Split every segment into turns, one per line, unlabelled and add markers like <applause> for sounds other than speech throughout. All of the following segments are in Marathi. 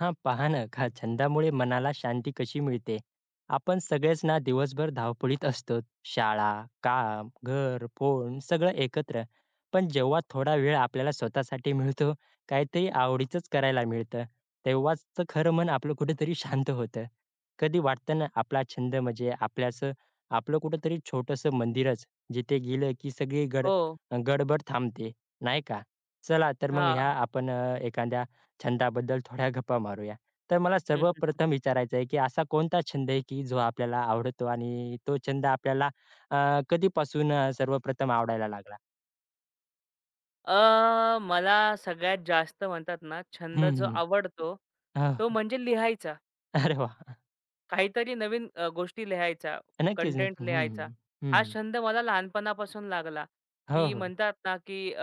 हां, पहा ना, का छंदामुळे मनाला शांती कशी मिळते. आपण सगळेच ना दिवसभर धावपळीत असतो. शाळा, काम, घर, फोन सगळं एकत्र. पण जेव्हा थोडा वेळ आपल्याला स्वतःसाठी मिळतो, काहीतरी आवडीचंच करायला मिळतं, तेव्हाच तर खरं मन आपलं कुठेतरी शांत होतं. कधी वाटतं ना, आपला छंद म्हणजे आपल्याचं आपलं कुठेतरी छोटंसं मंदिरच, जिथे गेलं की सगळी
हो,
गडबड थांबते, नाही का? चला तर मग
हां.
ह्या आपण एखाद्या छंदाबद्दल थोड्या गप्पा मारूया. तर मला
हं, हं.
सर्वप्रथम विचारायचं आहे, की असा कोणता छंद आहे, की जो आपल्याला आवडतो आणि तो छंद आपल्याला अ, कधीपासून सर्वप्रथम आवडायला लागला?
मला सगळ्यात जास्त म्हणतात ना, छंद
हं,
जो
हं.
आवडतो,
हो,
तो
हो.
म्हणजे लिहायचा.
अरे वा.
काहीतरी नवीन गोष्टी लिहायच्या,
नक्कीच,
कंटेंट
नक्की. हं,
लिहायचा.
हं.
हा छंद मला लहानपणापासून लागला,
हो,
की
हो.
म्हणतात ना, की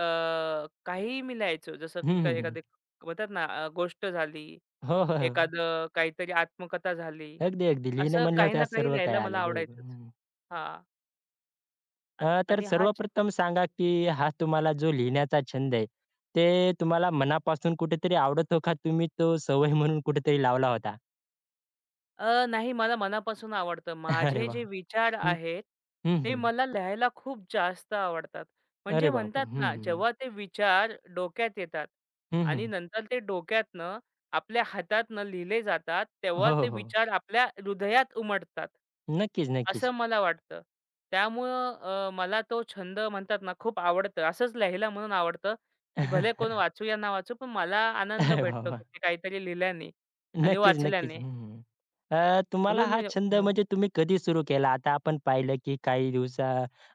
काहीही मी लिहायचो. जसं
हं,
की काही
हं,
एखादी म्हणतात ना, गोष्ट झाली,
हो, हो, हो.
एखादं काहीतरी आत्मकथा झाली.
अगदी, अगदी. लिहिणं
असं
म्हणल्यावर
काही ना
त्यात
काही
सर्व काही
लिहायला मला
आलं. बरोबर.
आवडायचंच.
हं.
हां. आ
तर
आणि हा
सर्वप्रथम सांगा, की हा तुम्हाला जो लिहिण्याचा छंद आहे, ते तुम्हाला मनापासून कुठेतरी आवडतो का तुम्ही तो सवय म्हणून कुठेतरी लावला होता?
अ, नाही मला मनापासून आवडतं.
<laughs> अरे
माझे
वाह!
जे विचार
हं,
आहेत,
हं,
ते
हं.
मला लिहायला खूप जास्त आवडतात.
अरे
म्हणजे
बापरे!
म्हणतात
हं,
ना,
हं.
जेव्हा ते विचार डोक्यात येतात
हं,
आणि
हं.
नंतर ते डोक्यातनं आपल्या हातातनं लिहिले जातात, तेव्हा
हो, हो,
ते
हो.
विचार आपल्या हृदयात उमटतात,
नक्कीच, नक्कीच.
असं मला वाटतं. त्यामुळं मला तो छंद म्हणतात ना, खूप आवडतं. असंच लिहायला म्हणून आवडतं, की भले कोण
<laughs>
वाचू या ना वाचू, पण मला आनंद
अरे वाह,
भेटतो,
वाह!
की ते काहीतरी लिहिल्याने आणि
नक्कीच, नक्कीच.
वाचल्याने.
हं, हं. तुम्हाला
म्हणून
हा
मी
छंद
हां.
म्हणजे तुम्ही कधी सुरू केला? आता आपण पाहिलं की काही दिवसा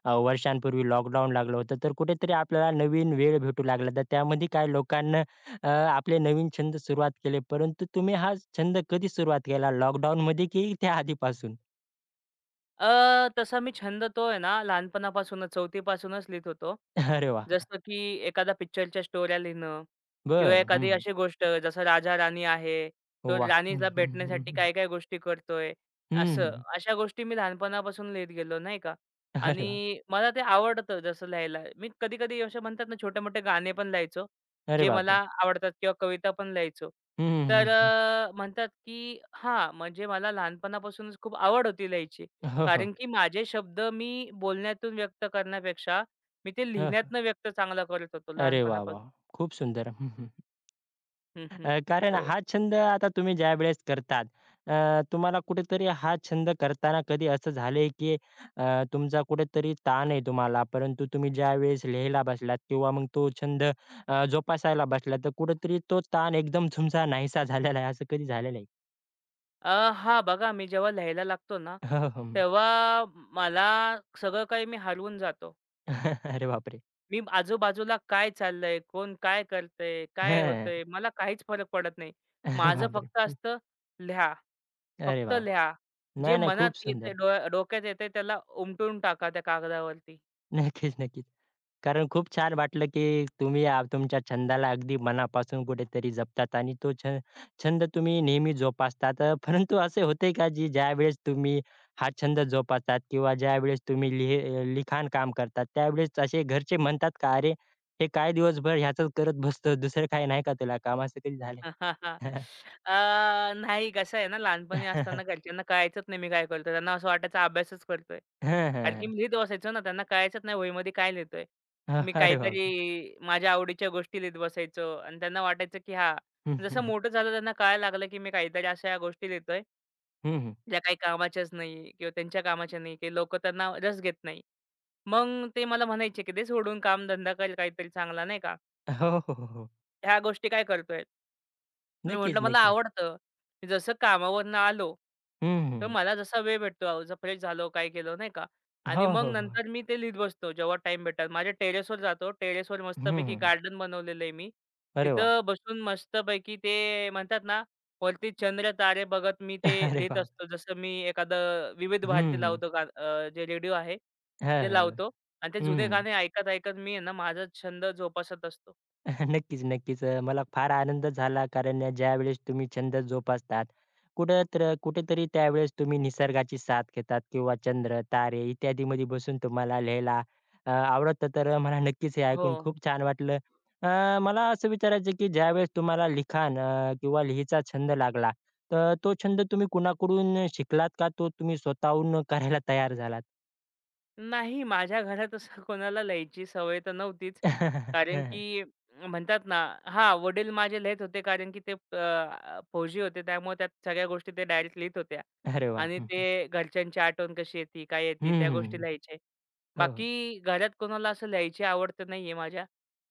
अ, वर्षांपूर्वी लॉकडाऊन लागलं होतं, तर कुठेतरी आपल्याला नवीन वेळ भेटू लागला. तर त्यामध्ये काही लोकांना अ, आपले नवीन छंद सुरुवात केले. परंतु तुम्ही हा छंद कधी सुरुवात केला? लॉकडाऊनमध्ये की त्या आधीपासून?
तसा मी छंद तो आहे ना लहानपणापासूनच, चौथीपासूनच लिहीत होतो.
<laughs> अरे वाह!
जसं की एखादा पिक्चरच्या स्टोऱ्या लिहिणं किंवा
बरं. हं,
एखादी
हं.
अशी गोष्ट जसं राजा-राणी आहे, तो
वाह! हं,
राणीला
हं, हं,
भेटण्यासाठी
हं.
काय-काय गोष्टी करतोय,
हं,
असं.
हं.
अशा गोष्टी मी लहानपणापासून लिहीत गेलो, नाही का.
अरे वाह!
आणि मला ते आवडतं जसं लिहायला. मी कधी-कधी असे म्हणतात ना छोटे-मोठे गाणे पण लिहायचो,
अरे
जे मला
बापरे!
आवडतात किंवा कविता पण लिहायचो.
हं, हं, हं,
तर
हं.
म्हणतात की हां, म्हणजे मला लहानपणापासूनच खूप आवड होती लिहायची.
हो, हो.
कारण की माझे शब्द मी बोलण्यातून व्यक्त करण्यापेक्षा मी ते
हं, हं.
लिहिण्यातनं व्यक्त चांगला करत होतो
अरे वाह,
लहानपणापासून.
वाह! खूप सुंदर. हं, हं.
हं, हं.
कारण
हो.
हा छंद आता तुम्ही ज्यावेळेस करतात, तुम्हाला कुठेतरी हा छंद करताना कधी असं झालंय, की तुमचा कुठेतरी ताण आहे तुम्हाला, परंतु तुम्ही ज्यावेळेस लिहायला बसलात किंवा मग तो छंद जोपासायला बसलात, तर कुठेतरी तो ताण एकदम तुमचा नाहीसा झालेला आहे, असं कधी झालेलं आहे?
अ, हां, बघा मी जेव्हा लिहायला लागतो ना,
हो, हो. हं.
तेव्हा मला सगळं काही मी हरवून जातो.
<laughs> अरे बापरे!
मी आजूबाजूला काय चाललंय, कोण काय करतंय, काय
हं.
होतंय, मला काहीच फरक पडत नाही.
अरे
माझं
बापरे!
फक्त
हं.
असतं लिहा,
अरे
फक्त
वाह!
लिहा. जे
नाही, नाही.
मनात
खूप सुंदर.
येतंय डोक्यात येतंय त्याला उमटून टाका त्या कागदावरती.
नक्कीच, नक्कीच. कारण खूप छान वाटलं, की तुम्ही तुमच्या छंदाला अगदी मनापासून कुठेतरी जपतात आणि तो छंद तुम्ही नेहमी जोपासतात. परंतु असे होते का, की ज्यावेळेस तुम्ही हा छंद जोपासतात किंवा ज्यावेळेस तुम्ही लिखाण काम करतात, त्यावेळेस असे घरचे म्हणतात का, "अरे, हे काय दिवसभर ह्याचंच करत बसतो, दुसरं काही नाही का तुला काम?" असं कधी झालंय?
<laughs> अ, नाही कसं आहे ना, लहानपणी असताना घरच्यांना कळायचंच नाही मी काय करतोय. त्यांना असं वाटायचं अभ्यासच करतोय. कारण की
<laughs>
मी लिहित बसायचो ना, त्यांना कळायचंच नाही वहीमध्ये काय लिहितोय. मी
अरे बापरे!
काहीतरी माझ्या आवडीच्या गोष्टी लिहित बसायचो आणि त्यांना वाटायचं, की हां,
हं,
जसं
हं.
मोठं झालं त्यांना कळायला लागलं, की मी काहीतरी अशा ह्या गोष्टी लिहितोय,
हं,
ज्या काही कामाच्याच नाही किंवा त्यांच्या कामाच्या नाही, की लोकं त्यांना रस घेत नाही. मग ते मला म्हणायचे, की "दे सोडून कामधंदा कर काहीतरी चांगला," नाही का.
हो, हो, हो, हो.
"ह्या गोष्टी काय करतोय?" मी
नक्कीच,
म्हटलं मला
नक्की.
आवडतं. मी जसं कामावरनं आलो,
हं,
तर
हं.
मला जसा वेळ भेटतो अहो, जसा फ्रेश झालो, काय केलं नाही का
हो,
आणि मग
हो, हो.
नंतर मी ते लिहित बसतो जेव्हा टाईम भेटेल. माझ्या टेरेसवर जातो. टेरेसवर
हं,
मस्तपैकी
हं.
गार्डन बनवलेलं आहे मी.
अरे वाह!
तिथं बसून मस्तपैकी ते म्हणतात ना, वरती चंद्र तारे बघत मी ते
<laughs> अरे
लिहित
बाप!
असतो. जसं मी एखादं विविध भारती
हं.
लावतो जे रेडिओ आहे
हां,
ते
हां.
लावतो आणि ते जुने
हं.
गाणे ऐकत-ऐकत मी आहे ना माझा छंद जोपासत असतो.
<laughs> नक्कीच, नक्कीच. मला फार आनंद झाला कारण ज्यावेळेस तुम्ही छंद जोपासतात, कुठेतरी त्यावेळेस तुम्ही निसर्गाची साथ घेतात किंवा चंद्र, तारे इत्यादीमध्ये बसून तुम्हाला लिहायला आवडतं. तर मला नक्कीच हे
हो.
ऐकून खूप छान वाटलं. मला असं विचारायचं आहे, की ज्यावेळेस तुम्हाला लिखाण किंवा लिहायचा छंद लागला, तर तो छंद तुम्ही कुणाकडून शिकलात का तो तुम्ही स्वतःहून करायला तयार झालात?
नाही, माझ्या घरात असं कोणाला लिहायची सवय तर नव्हतीच.
<laughs> हं,
कारण
हं.
की म्हणतात ना हां, वडील माझे लिहीत होते कारण की ते फौजी होते त्यामुळे त्यात सगळ्या गोष्टी ते डायरेक्ट लिहीत होत्या.
अरे वाह!
आणि
हं.
ते घरच्यांची आठवण कशी येते, काय
हं,
येते त्या गोष्टी
हं.
लिहायचे.
हो, हो.
बाकी घरात कोणाला असं लिहायची आवड तर नाहीये माझ्या.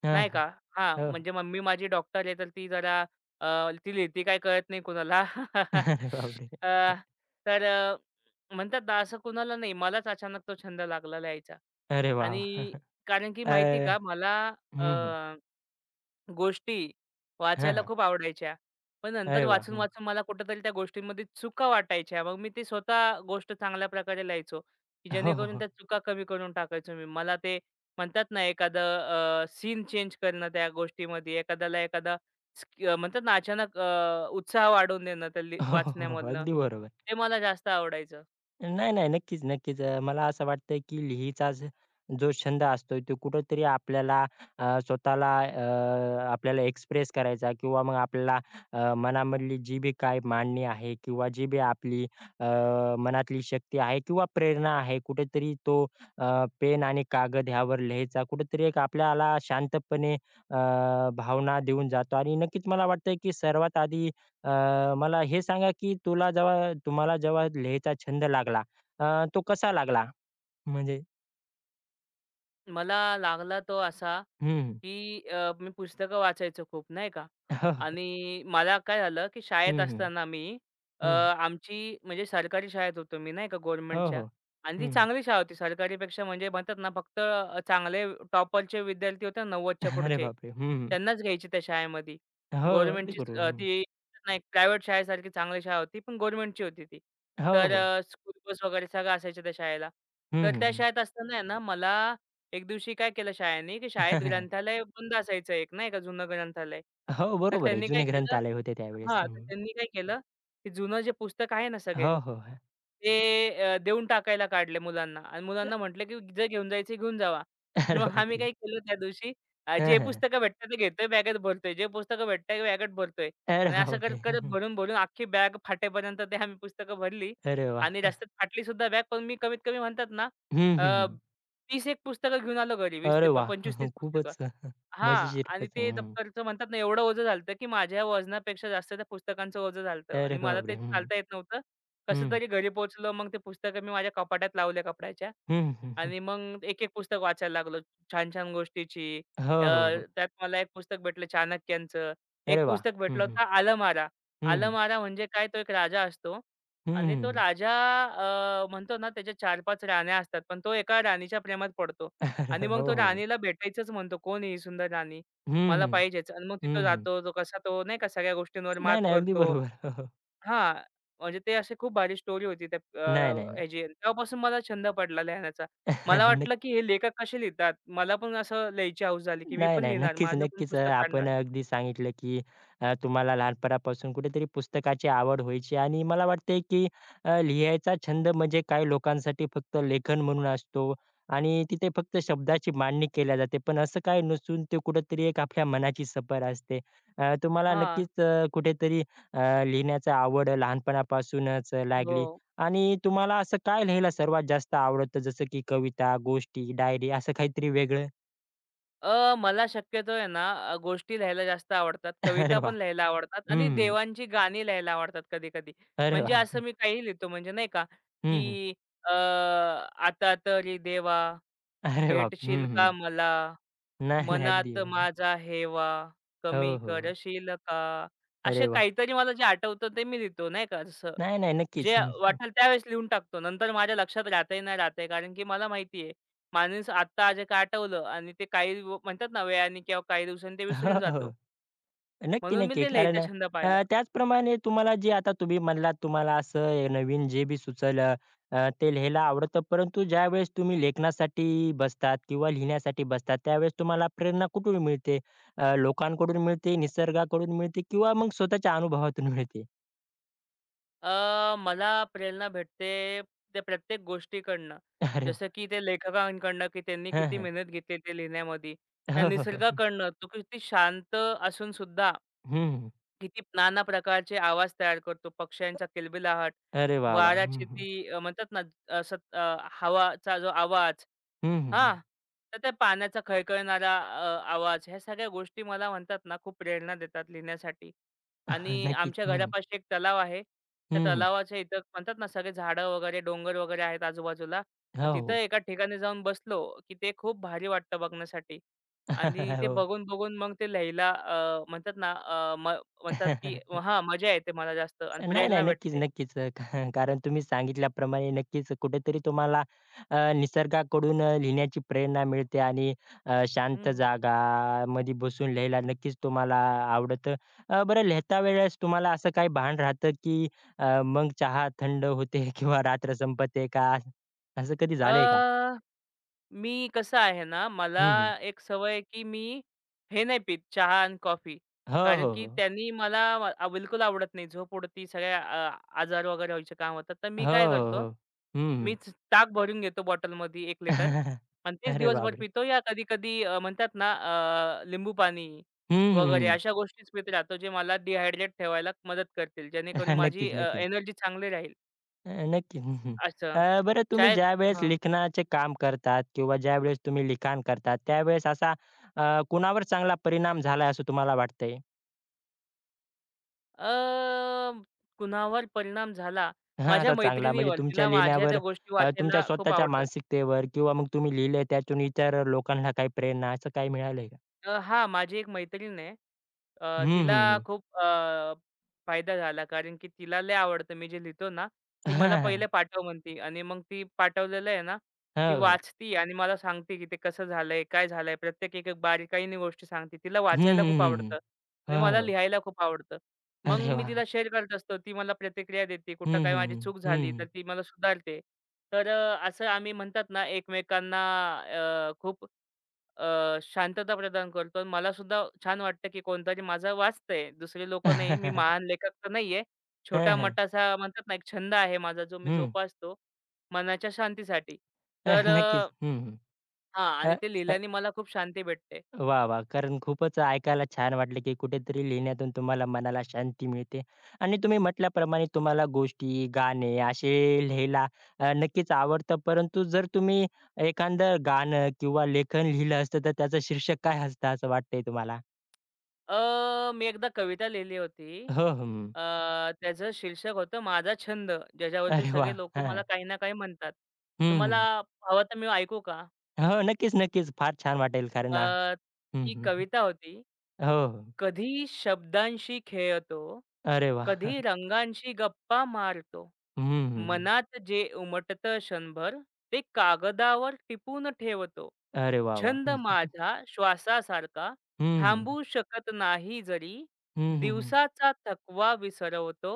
हां,
नाही
हां.
का? हां,
हो.
म्हणजे मम्मी माझी डॉक्टर आहे तर ती जरा ती लिहिते काय कळत नाही कुणाला.
अरे बापरे!
अ, <laughs> तर म्हणतात ना, असं कुणाला नाही. मलाच अचानक तो छंद लागला लिहायचा
अरे वाह!
आणि
वाह!
कारण की माहिती
अ,
का मला अ,
हं, हं.
गोष्टी
हां,
वाचायला
हां.
खूप आवडायच्या. पण
अरे
नंतर
वाह! हं.
वाचून-वाचून मला कुठेतरी त्या गोष्टींमध्ये चुका वाटायच्या. मग मी ते स्वतः गोष्ट चांगल्या प्रकारे लिहायचो, की
हो, हो,
जेणेकरून
हो.
त्या चुका कमी करून टाकायचो मी. मला ते म्हणतात ना, एखादं सीन चेंज करणं त्या गोष्टीमध्ये, एखाद्याला एखादा म्हणतात ना, अचानक उत्साह वाढवून देणं त्या
हो, हो, हो.
वाचण्यामधनं,
अगदी बरोबर.
ते मला जास्त आवडायचं.
नाही, नाही. नक्कीच, नक्कीच. मला असं वाटतं, की लिहिचा जो छंद असतो, तो कुठेतरी आपल्याला स्वतःला आपल्याला एक्सप्रेस करायचा किंवा मग आपल्याला मनामधली जी बी काही मांडणी आहे किंवा जी बी आपली अ, मनातली शक्ती आहे किंवा प्रेरणा आहे, कुठेतरी तो पेन आणि कागद ह्यावर लिहायचा कुठेतरी एक आपल्याला शांतपणे भावना देऊन जातो आणि नक्कीच मला वाटतं, की सर्वात आधी मला हे सांगा की तुला जेव्हा तुम्हाला जेव्हा लिहायचा छंद लागला, तो कसा लागला? म्हणजे
मला लागला तो असा,
हं.
की मी पुस्तकं वाचायचो खूप नाही का
हो, हो.
आणि मला काय झालं, की शाळेत
हं, हं.
असताना मी
हं.
आमची म्हणजे सरकारी शाळेत होतो मी नाही का
हो,
गव्हर्नमेंटच्या
हो.
आणि ती
हं.
चांगली शाळा होती. सरकारीपेक्षा म्हणजे म्हणतात ना फक्त चांगले टॉपरचे विद्यार्थी होते ना 90च्या
अरे
पुढचे,
बापरे! हं.
त्यांनाच घ्यायचे त्या शाळेमध्ये.
हो, अगदी
गव्हर्नमेंटचीच
बरोबर. हं.
ती नाही प्रायव्हेट शाळेसारखी चांगली शाळा होती, पण गव्हर्नमेंटची होती ती.
हो,
तर
हो.
स्कूल बस वगैरे सगळं असायचं त्या शाळेला.
हं,
तर
हं,
त्या
हं.
शाळेत असताना आहे ना मला एक दिवशी काय केलं शाळेने, की शाळेत
<laughs>
ग्रंथालय बंद असायचं एक नाही का जुनं ग्रंथालय.
हो,
तर
बरोबर आहे.
त्यांनी काय
जुने
केलं
ग्रंथालय होते त्यावेळेस.
हां,
हं.
तर त्यांनी काय केलं, की जुनं जे पुस्तक आहे ना सगळे,
हो, हो.
ते देऊन टाकायला काढले मुलांना आणि
अ,
मुलांना म्हटलं, की जे घेऊन जायचं घेऊन जावा.
अरे
<laughs> मग आम्ही
बापरे!
काय केलं त्या दिवशी
हं,
जे
हं.
पुस्तकं भेटतात ते घेतोय, बॅगेत भरतोय. जे पुस्तकं भेटतंय बॅगेत भरतोय
अरे
आणि असं करत,
बापरे! हं,
करत
हं.
भरून-भरून अख्खी बॅग फाटेपर्यंत ते आम्ही पुस्तकं भरली
अरे
आणि
वाह!
रस्त्यात फाटलीसुद्धा बॅग. पण मी कमीत कमी म्हणतात ना,
हं, हं, हं.
30 एक पुस्तकं घेऊन आलो घरी. 20
अरे
ते
वाह!
25-30
<laughs>
पुस्तकं.
खूपच
हां.
मजेशीर
आणि
प्रसंग.
ते
हं.
दप्तरचं म्हणतात ना, एवढं ओझं झालं होतं, की माझ्या वजनापेक्षा जास्त त्या पुस्तकांचं ओझं झालं होतं
अरे
आणि मला
बापरे!
ते
हं.
चालता येत नव्हतं. कसं
हं.
तरी घरी पोहोचलो. मग ते पुस्तकं मी माझ्या कपाटात लावल्या कपड्याच्या.
हं, हं, हं.
आणि मग एक-एक पुस्तक वाचायला लागलो. छान-छान गोष्टीची. अ,
हो, हो, हो.
त्यात मला एक पुस्तक भेटलं चाणक्यांचं. एक
अरे वाह!
पुस्तक
हं,
भेटलं
हं.
होतं आलमारा.
हं, हं.
आलमारा म्हणजे काय तो एक राजा असतो
हं, हं,
आणि तो
हं.
राजा म्हणतो ना त्याच्या 4-5 राण्या असतात. पण तो एका राणीच्या प्रेमात पडतो
अरे
आणि मग
हो, हो.
तो
हो.
राणीला भेटायचंच म्हणतो, "कोण आहे ही सुंदर राणी?
हं,
मला
हं.
पाहिजेच." आणि मग तिथं
हं, हं.
जातो. तो कसा तो नाही का सगळ्या गोष्टींवर मात
नाही, नाही. अगदी
करतो.
बरोबर. हो, हो.
हां, म्हणजे ते अशी खूप भारी स्टोरी होती त्या
नाही, नाही, नाही.
ह्याची. तेव्हापासून मला छंद पडला लिहिण्याचा. मला वाटलं,
<laughs>
की हे लेखक कसे लिहितात? मला पण असं लिहायची हौस झाली, की मी
नाही,
पण
नाही.
लिहिणार,
नक्कीच,
माझं पण
नक्कीच.
पुस्तक काढणार.
आपण अगदी सांगितलं, की तुम्हाला लहानपणापासून कुठेतरी पुस्तकाची आवड व्हायची आणि मला वाटतंय, की लिहायचा छंद म्हणजे काही लोकांसाठी फक्त लेखन म्हणून असतो आणि तिथे फक्त शब्दाची मांडणी केल्या जाते. पण असं काही नसून ते कुठेतरी एक आपल्या मनाची सफर असते. तुम्हाला
हां,
नक्कीच कुठेतरी लिहिण्याची आवड लहानपणापासूनच लागली
हो.
आणि तुम्हाला असं काय लिहायला सर्वात जास्त आवडतं जसं की कविता, गोष्टी, डायरी असं काहीतरी वेगळं?
मला शक्यतो आहे ना, गोष्टी लिहायला जास्त आवडतात,
<laughs> अरे
कविता
वाह!
पण लिहायला आवडतात आणि
हं.
देवांची गाणी लिहायला आवडतात कधी-कधी.
अरे
म्हणजे
वाह!
असं मी काही लिहितो म्हणजे नाही का,
हं, हं.
की आता तरी देवा
अरे बाप! हं,
भेटशील का
हं.
मला?
नाही, नाही. अगदी.
मनात
हो,
माझा हेवा कमी
हो.
करशील का?
अरे
असे
वाह!
काहीतरी मला जे आठवतं ते मी लिहितो नाही का, जसं
नाही, नाही. नक्कीच.
जे
हं, हं.
वाटेल त्यावेळेस लिहून टाकतो. नंतर माझ्या लक्षात राहतंय नाही राहतंय कारण की मला माहिती आहे माणूस आत्ता जे काय आठवलं आणि ते काही म्हणतात ना, वेळाने किंवा काही दिवसांनी ते
हो,
विसरून जातो.
हो. नक्की,
म्हणून मी
नक्की.
ते
कारण
लिहायचा छंद पाळला.
त्याचप्रमाणे तुम्हाला जे आता तुम्ही म्हणलात तुम्हाला असं हे नवीन जे बी सुचलं ते लिहायला आवडतं. परंतु ज्यावेळेस तुम्ही लेखनासाठी बसतात किंवा लिहिण्यासाठी बसतात, त्यावेळेस तुम्हाला प्रेरणा कुठून मिळते? लोकांकडून मिळते, निसर्गाकडून मिळते किंवा मग स्वतःच्या अनुभवातून मिळते?
मला प्रेरणा भेटते त्या प्रत्येक गोष्टीकडनं.
अरे वाह!
जसं की ते लेखकांकडनं, की त्यांनी
हं,
किती
हं.
मेहनत घेतली ते लिहिण्यामध्ये. त्या
हो, हो, हो.
निसर्गाकडनं तो किती शांत असून सुद्धा
हं.
किती नाना प्रकारचे आवाज तयार करतो. पक्ष्यांचा किलबिलाहट,
अरे वाह, वाह! हं,
वाऱ्याची
हं.
ती म्हणतात ना, असं हवाचा जो आवाज
हं, हं.
हां. तर त्या पाण्याचा खळखळणारा आवाज ह्या सगळ्या गोष्टी मला म्हणतात ना, खूप प्रेरणा देतात लिहिण्यासाठी. आणि
<laughs> नक्कीच.
आमच्या
हं, हं.
घरापाशी एक तलाव आहे. त्या
हं, हं.
तलावाच्या इथं म्हणतात ना, सगळे झाडं वगैरे, डोंगर वगैरे आहेत आजूबाजूला.
हो,
आणि तिथं
हो.
एका ठिकाणी जाऊन बसलो, की ते खूप भारी वाटतं बघण्यासाठी. आणि
<laughs>
ते
हो.
बघून-बघून मग ते लिहायला म्हणतात ना, अ, म म्हणतात की
<laughs>
हां, मजा येते मला जास्त आणि
नाही, नाही.
प्रेरणा
नक्कीच,
भेटते.
नक्कीच. कारण तुम्ही सांगितल्याप्रमाणे नक्कीच कुठेतरी तुम्हाला निसर्गाकडून लिहिण्याची प्रेरणा मिळते आणि शांत
हं.
जागामध्ये बसून लिहायला नक्कीच तुम्हाला आवडतं. बरं लिहिता वेळेस तुम्हाला असं काही भान राहतं, की मग चहा थंड होते <laughs> किंवा रात्र संपते का? असं कधी झालंय का?
अ मी कसं आहे ना, मला
हं, हं.
एक सवय आहे, की मी हे नाही पीत चहा आणि कॉफी.
हो,
कारण
हो,
की
हो.
त्यांनी मला बिलकुल आवडत नाही. झोप उडती, सगळ्या अ, आजार वगैरे व्हायचे काम होतात. तर मी
हो,
काय
हो,
करतो,
हो. हं.
मीच ताक भरून घेतो बॉटलमध्ये एक लिटर
<laughs>
आणि तेच
अरे
दिवसभर
बापरे!
पितो या कधी-कधी म्हणतात ना लिंबू पाणी
हं, हं,
वगैरे
हं.
अशा गोष्टीच पीत राहतो, जे मला डिहायड्रेट ठेवायला मदत करतील. जेणेकरून
<laughs>
माझी
नक्कीच, नक्कीच.
एनर्जी चांगली राहील
अ, नक्कीच. हं, हं.
असं.
बरं तुम्ही
चाय
ज्यावेळेस लिखाणाचे काम करतात किंवा ज्यावेळेस तुम्ही लिखाण करतात, त्यावेळेस असा कुणावर चांगला परिणाम झालाय असं तुम्हाला वाटतंय?
अ, कुणावर परिणाम झाला?
<laughs> हां, असा
माझ्या
चांगला म्हणजे
मैत्रिणीवर.
तुमच्या
तिला माझ्या
लिहिण्यावर
त्या गोष्टी
तुमच्या
वाचायला खूप
स्वतःच्या
आवडतात.
मानसिकतेवर किंवा मग तुम्ही लिहिलंय त्यातून इतर लोकांना काही प्रेरणा असं काही मिळालंय का?
हां, माझी एक मैत्रीण आहे.
हं, हं,
तिला
हं.
खूप फायदा झाला कारण की तिला लय आवडतं मी जे लिहितो ना,
<laughs>
ती
हां,
मला
हां.
पहिले पाठव म्हणती आणि मग ती पाठवलेलं आहे ना,
हो,
ती
हो.
वाचती आणि मला सांगते की ते कसं झालंय, काय झालंय. प्रत्येक एक-एक बारीकाईने गोष्टी सांगते. तिला
हं,
वाचायला
हं,
खूप
हं, हं.
आवडतं आणि मला
हो, हो.
लिहायला खूप आवडतं. मग
अरे
मी
वाह!
तिला शेअर करत असतो. ती मला प्रतिक्रिया देते. कुठं
हं,
काय माझी
हं,
चूक
हं.
झाली
हं.
तर ती मला सुधारते. तर असं आम्ही म्हणतात ना एकमेकांना खूप शांतता प्रदान करतो आणि मला सुद्धा छान वाटतं, की कोणतरी माझं वाचतंय. दुसरे लोकं नाही. मी
हं,
महान लेखक तर नाहीये.
हं.
छोटा-मोठासा म्हणतात ना, एक छंद आहे माझा, जो मी
हं.
जोपासतो मनाच्या शांतीसाठी. तर
नक्कीच. हं, हं.
हां आणि
अ,
ते
अ,
लिहिल्याने मला खूप शांती भेटते.
वाह, वाह! कारण खूपच ऐकायला छान वाटलं, की कुठेतरी लिहिण्यातून तुम्हाला मनाला शांती मिळते आणि तुम्ही म्हटल्याप्रमाणे तुम्हाला गोष्टी, गाणे असे लिहायला नक्कीच आवडतं. परंतु जर तुम्ही एखादं गाणं किंवा लेखन लिहिलं असतं, तर त्याचं शीर्षक काय असतं असं वाटतंय तुम्हाला?
मी एकदा कविता लिहिली होती.
हो, हं.
अ, त्याचं शीर्षक होतं माझा छंद, ज्याच्यावरती
अरे
सगळे
वाह!
लोकं मला
हां.
काही ना काही म्हणतात.
हं,
तुम्हाला
हं.
हवं तर मी ऐकू का?
हो, नक्कीच, नक्कीच. फार छान वाटेल कारण
अ,
हं,
ती
हं.
कविता होती
हो, हो.
कधी शब्दांशी खेळतो,
अरे वाह!
कधी रंगांशी गप्पा मारतो.
हं, हं.
मनात जे उमटतं क्षणभर, ते कागदावर टिपून ठेवतो.
अरे वाह,
छंद
वाह!
माझा श्वासासारखा,
हं, हं, हं.
थांबू शकत नाही जरी.
हं, हं. हं, हं, हं.
दिवसाचा थकवा विसरवतो,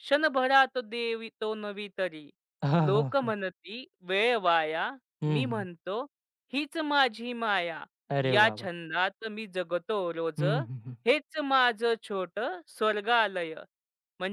क्षणभरात देवितो नवी तरी.
<laughs>
लोक
हां,
म्हणती वेळ वाया, मी म्हणतो हीच माझी माया.
अरे
या
वाह, वाह!
छंदात मी जगतो रोज,
हं, हं, हं.
हेच माझं छोटं स्वर्गालय.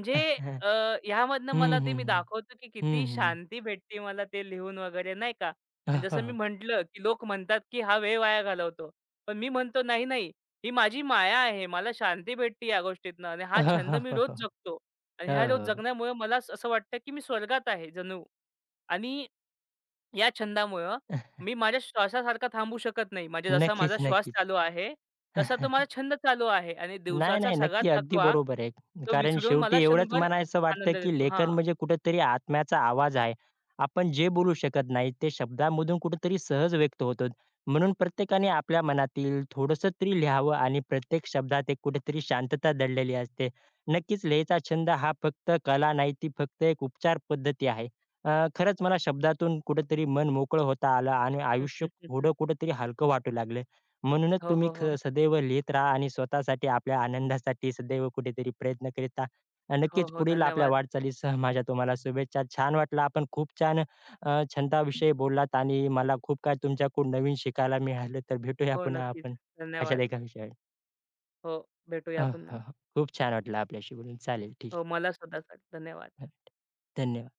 <laughs> हं,
अ, ह्यामधनं मला
हं,
ते मी
हं.
दाखवतो, की
हं,
किती
हं.
शांती भेटते मला ते लिहून वगैरे नाही का.
<laughs> हां,
आणि
हां,
जसं मी
हां.
म्हटलं, की लोक म्हणतात, की हा वेळ वाया घालवतो. पण मी म्हणतो नाही, नाही. ही माझी माया आहे. मला शांती भेटते या गोष्टीतनं आणि हा
हां,
छंद
हां,
मी रोज
हां, <laughs>
जगतो. आणि
हो,
हा रोज
हो, हो.
जगण्यामुळे मला असं वाटतं, की मी स्वर्गात आहे जणू. आणि या छंदामुळं
<laughs>
मी माझ्या श्वासासारखा थांबू शकत नाही. म्हणजे जसा
नक्कीच,
माझा श्वास
नक्कीच.
चालू आहे, तसा
<laughs>
तो माझा छंद चालू आहे आणि
नाही,
दिवसाचा
नाही.
सगळा
नक्की. अगदी
थकवा
बरोबर आहे.
तो
कारण
विसरून
शेवटी
मला
एवढंच
क्षणभर
म्हणायचं वाटतं,
आनंद
की
देतो.
लेखन
हां.
म्हणजे कुठेतरी आत्म्याचा आवाज आहे. आपण जे बोलू शकत नाही, ते शब्दांमधून कुठेतरी सहज व्यक्त होतं. म्हणून प्रत्येकाने आपल्या मनातील थोडंसं तरी लिहावं आणि प्रत्येक शब्दात एक कुठेतरी शांतता दडलेली असते. नक्कीच लिहायचा छंद हा फक्त कला नाही, ती फक्त एक उपचार पद्धती आहे. खरंच मला शब्दातून कुठेतरी मन मोकळं होता आलं आणि
हं,
आयुष्य
हं, हं, हं.
थोडं कुठेतरी हलकं वाटू लागलं. म्हणूनच
हो,
तुम्ही
हो, हो.
सदैव लिहित राहा आणि स्वतःसाठी, आपल्या आनंदासाठी सदैव कुठेतरी प्रयत्न करीत राहा.
हो,
नक्कीच
हो.
पुढील आपल्या
धन्यवाद.
वाटचालीसह माझ्या तुम्हाला शुभेच्छा. छान वाटलं. आपण खूप छान छंदाविषयी बोललात आणि मला खूप काही तुमच्याकडून नवीन शिकायला मिळालं. तर भेटूया
हो,
पुन्हा
नक्कीच.
आपण अशाच
धन्यवाद.
एका विषयावर.
हो, भेटूया
हं,
पुन्हा.
हं. खूप छान वाटलं आपल्याशी बोलून. चालेल ठीक
हो, मला सुद्धा धन्यवाद.
आहे. धन्यवाद.